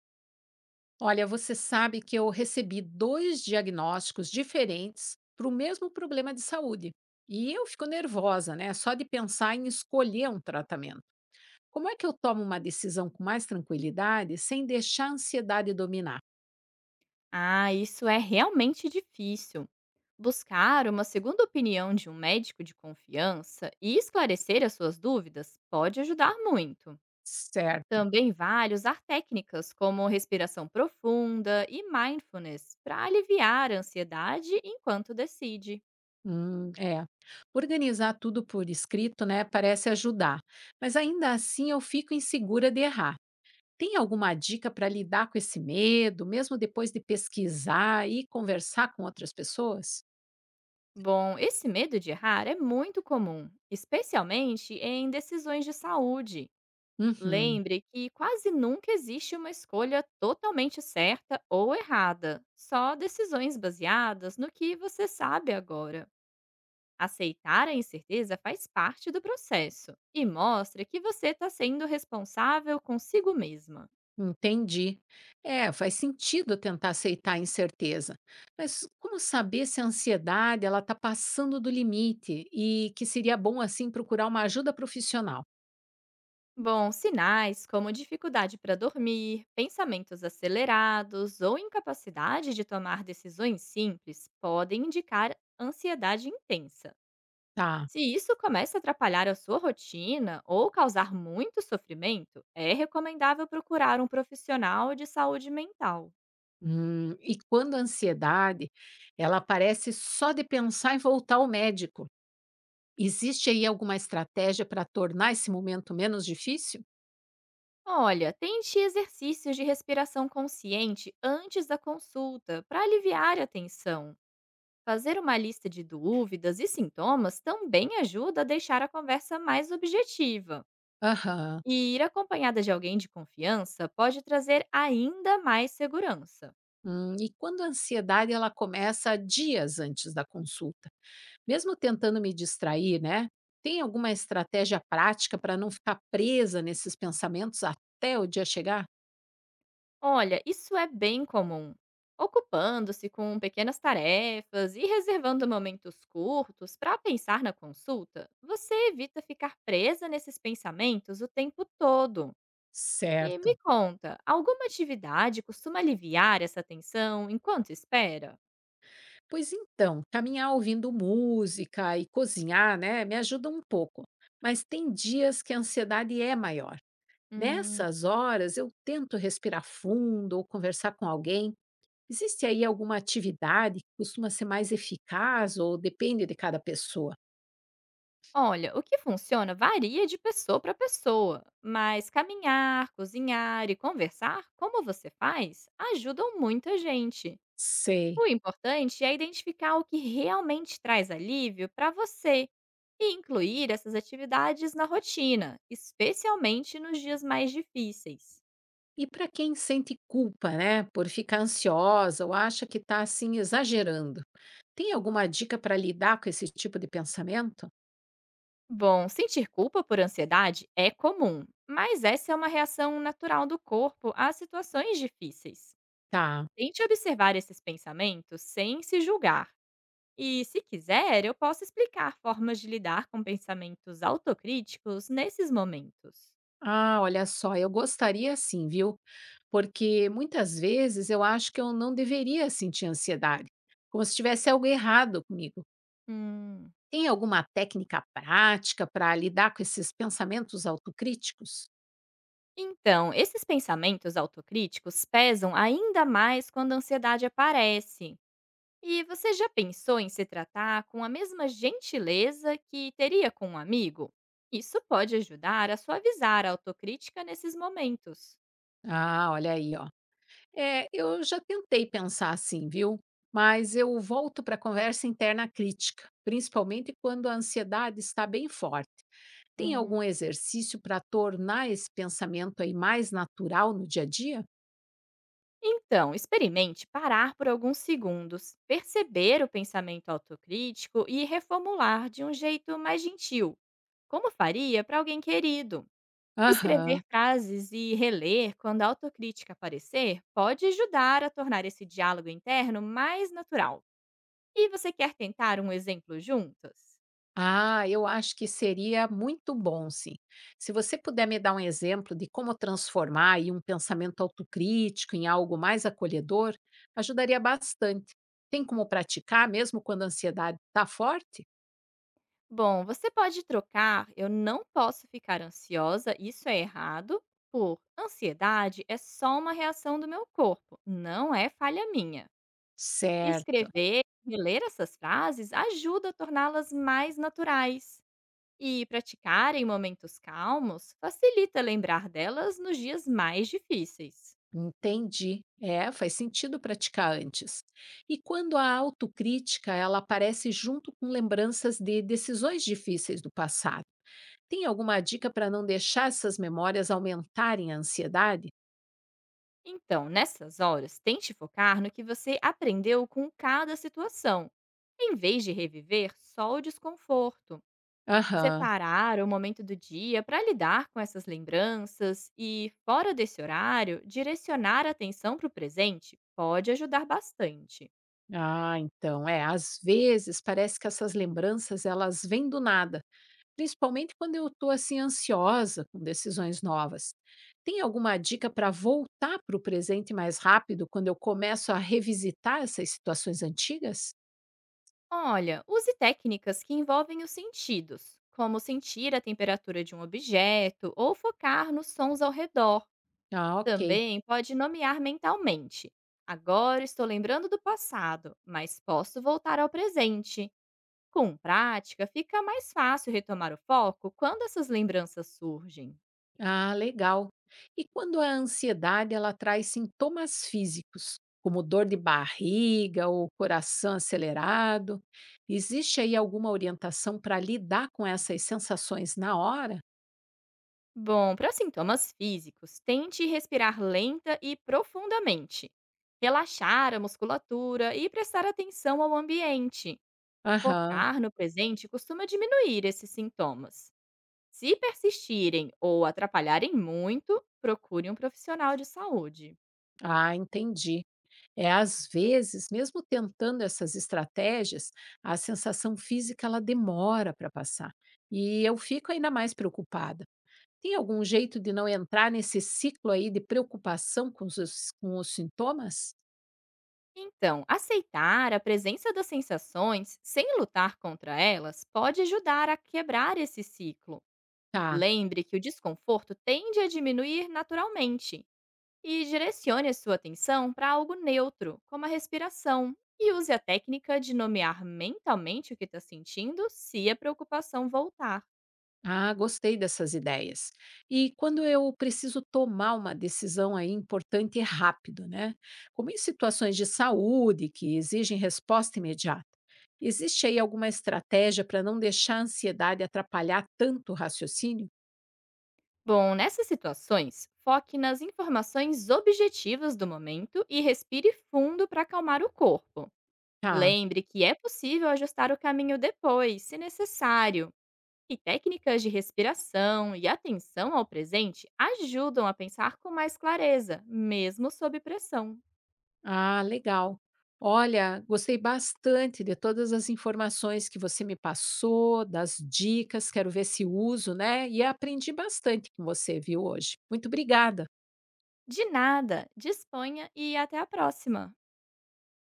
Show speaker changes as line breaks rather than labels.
Olha, você sabe que eu recebi dois diagnósticos diferentes para o mesmo problema de saúde. E eu fico nervosa, né? Só de pensar em escolher um tratamento. Como é que eu tomo uma decisão com mais tranquilidade sem deixar a ansiedade dominar?
Ah, isso é realmente difícil. Buscar uma segunda opinião de um médico de confiança e esclarecer as suas dúvidas pode ajudar muito.
Certo.
Também vale usar técnicas como respiração profunda e mindfulness para aliviar a ansiedade enquanto decide.
É. Organizar tudo por escrito, né? Parece ajudar. Mas ainda assim eu fico insegura de errar. Tem alguma dica para lidar com esse medo, mesmo depois de pesquisar e conversar com outras pessoas?
Bom, esse medo de errar é muito comum, especialmente em decisões de saúde.
Uhum,
Lembre que quase nunca existe uma escolha totalmente certa ou errada, só decisões baseadas no que você sabe agora. Aceitar a incerteza faz parte do processo e mostra que você está sendo responsável consigo mesma.
entendi. É, faz sentido tentar aceitar a incerteza. Mas como saber se a ansiedade ela está passando do limite e que seria bom assim procurar uma ajuda profissional?
Bom, sinais como dificuldade para dormir, pensamentos acelerados ou incapacidade de tomar decisões simples podem indicar ansiedade intensa.
Tá.
Se isso começa a atrapalhar a sua rotina ou causar muito sofrimento, é recomendável procurar um profissional de saúde mental.
E quando a ansiedade ela aparece só de pensar em voltar ao médico, existe aí alguma estratégia para tornar esse momento menos difícil?
Olha, tente exercícios de respiração consciente antes da consulta para aliviar a tensão. Fazer uma lista de dúvidas e sintomas também ajuda a deixar a conversa mais objetiva.
Aham.
E ir acompanhada de alguém de confiança pode trazer ainda mais segurança.
E quando a ansiedade ela começa dias antes da consulta? Mesmo tentando me distrair, né? Tem alguma estratégia prática para não ficar presa nesses pensamentos até o dia chegar?
Olha, isso é bem comum. Ocupando-se com pequenas tarefas e reservando momentos curtos para pensar na consulta, você evita ficar presa nesses pensamentos o tempo todo. E
Certo.
me conta, alguma atividade costuma aliviar essa tensão enquanto espera?
Pois então, caminhar ouvindo música e cozinhar, né, me ajuda um pouco. Mas tem dias que a ansiedade é maior.
Hum,
Nessas horas, eu tento respirar fundo ou conversar com alguém. Existe aí alguma atividade que costuma ser mais eficaz ou depende de cada pessoa?
olha, o que funciona varia de pessoa para pessoa, mas caminhar, cozinhar e conversar, como você faz, ajudam muita gente.
Sei.
O importante é identificar o que realmente traz alívio para você e incluir essas atividades na rotina, especialmente nos dias mais difíceis.
E para quem sente culpa, né, por ficar ansiosa ou acha que está assim exagerando, tem alguma dica para lidar com esse tipo de pensamento?
Bom, sentir culpa por ansiedade é comum, mas essa é uma reação natural do corpo a situações difíceis.
Tá.
Tente observar esses pensamentos sem se julgar. E, se quiser, eu posso explicar formas de lidar com pensamentos autocríticos nesses momentos.
Ah, olha só, eu gostaria sim, viu? Porque muitas vezes eu acho que eu não deveria sentir ansiedade, como se tivesse algo errado comigo.
Hum.
Tem alguma técnica prática para lidar com esses pensamentos autocríticos?
Então, esses pensamentos autocríticos pesam ainda mais quando a ansiedade aparece. E você já pensou em se tratar com a mesma gentileza que teria com um amigo? Isso pode ajudar a suavizar a autocrítica nesses momentos.
Ah, olha aí, ó. É, eu já tentei pensar assim, viu? Mas eu volto para a conversa interna crítica, principalmente quando a ansiedade está bem forte. Tem
Hum,
algum exercício para tornar esse pensamento aí mais natural no dia a dia?
Então, experimente parar por alguns segundos, perceber o pensamento autocrítico e reformular de um jeito mais gentil, como faria para alguém querido.
Aham.
Escrever frases e reler quando a autocrítica aparecer pode ajudar a tornar esse diálogo interno mais natural. E você quer tentar um exemplo juntos?
Ah, eu acho que seria muito bom, sim. Se você puder me dar um exemplo de como transformar aí um pensamento autocrítico em algo mais acolhedor, ajudaria bastante. Tem como praticar mesmo quando a ansiedade está forte?
Bom, você pode trocar "eu não posso ficar ansiosa, isso é errado" por "ansiedade é só uma reação do meu corpo, não é falha minha".
Certo,
Escrever e ler essas frases ajuda a torná-las mais naturais. E praticar em momentos calmos facilita lembrar delas nos dias mais difíceis.
entendi. É, faz sentido praticar antes. E quando a autocrítica, ela aparece junto com lembranças de decisões difíceis do passado. Tem alguma dica para não deixar essas memórias aumentarem a ansiedade?
Então, nessas horas, tente focar no que você aprendeu com cada situação, em vez de reviver só o desconforto.
Aham.
Separar o momento do dia para lidar com essas lembranças e, fora desse horário, direcionar a atenção para o presente pode ajudar bastante.
Ah, então, é, às vezes parece que essas lembranças, elas vêm do nada, principalmente quando eu estou assim ansiosa com decisões novas. Tem alguma dica para voltar para o presente mais rápido quando eu começo a revisitar essas situações antigas?
Olha, use técnicas que envolvem os sentidos, como sentir a temperatura de um objeto ou focar nos sons ao redor.
Ah, ok.
Também pode nomear mentalmente: "Agora estou lembrando do passado, mas posso voltar ao presente." Com prática, fica mais fácil retomar o foco quando essas lembranças surgem.
Ah, legal. E quando a ansiedade ela traz sintomas físicos, como dor de barriga ou coração acelerado, existe aí alguma orientação para lidar com essas sensações na hora?
Bom, para sintomas físicos, tente respirar lenta e profundamente, relaxar a musculatura e prestar atenção ao ambiente.
Aham.
Focar no presente costuma diminuir esses sintomas. Se persistirem ou atrapalharem muito, procure um profissional de saúde.
Ah, entendi. É, às vezes, mesmo tentando essas estratégias, a sensação física ela demora para passar. E eu fico ainda mais preocupada. Tem algum jeito de não entrar nesse ciclo aí de preocupação com os sintomas?
Então, aceitar a presença das sensações sem lutar contra elas pode ajudar a quebrar esse ciclo.
Tá.
Lembre que o desconforto tende a diminuir naturalmente e direcione a sua atenção para algo neutro, como a respiração, e use a técnica de nomear mentalmente o que está sentindo se a preocupação voltar.
Ah, gostei dessas ideias. E quando eu preciso tomar uma decisão aí importante e rápido, né? Como em situações de saúde que exigem resposta imediata, existe aí alguma estratégia para não deixar a ansiedade atrapalhar tanto o raciocínio?
Bom, nessas situações, foque nas informações objetivas do momento e respire fundo para acalmar o corpo.
Tá.
Lembre que é possível ajustar o caminho depois, se necessário. E técnicas de respiração e atenção ao presente ajudam a pensar com mais clareza, mesmo sob pressão.
Ah, legal. Olha, gostei bastante de todas as informações que você me passou, das dicas, quero ver se uso, né? E aprendi bastante com você, viu, hoje. Muito obrigada.
De nada, disponha e até a próxima!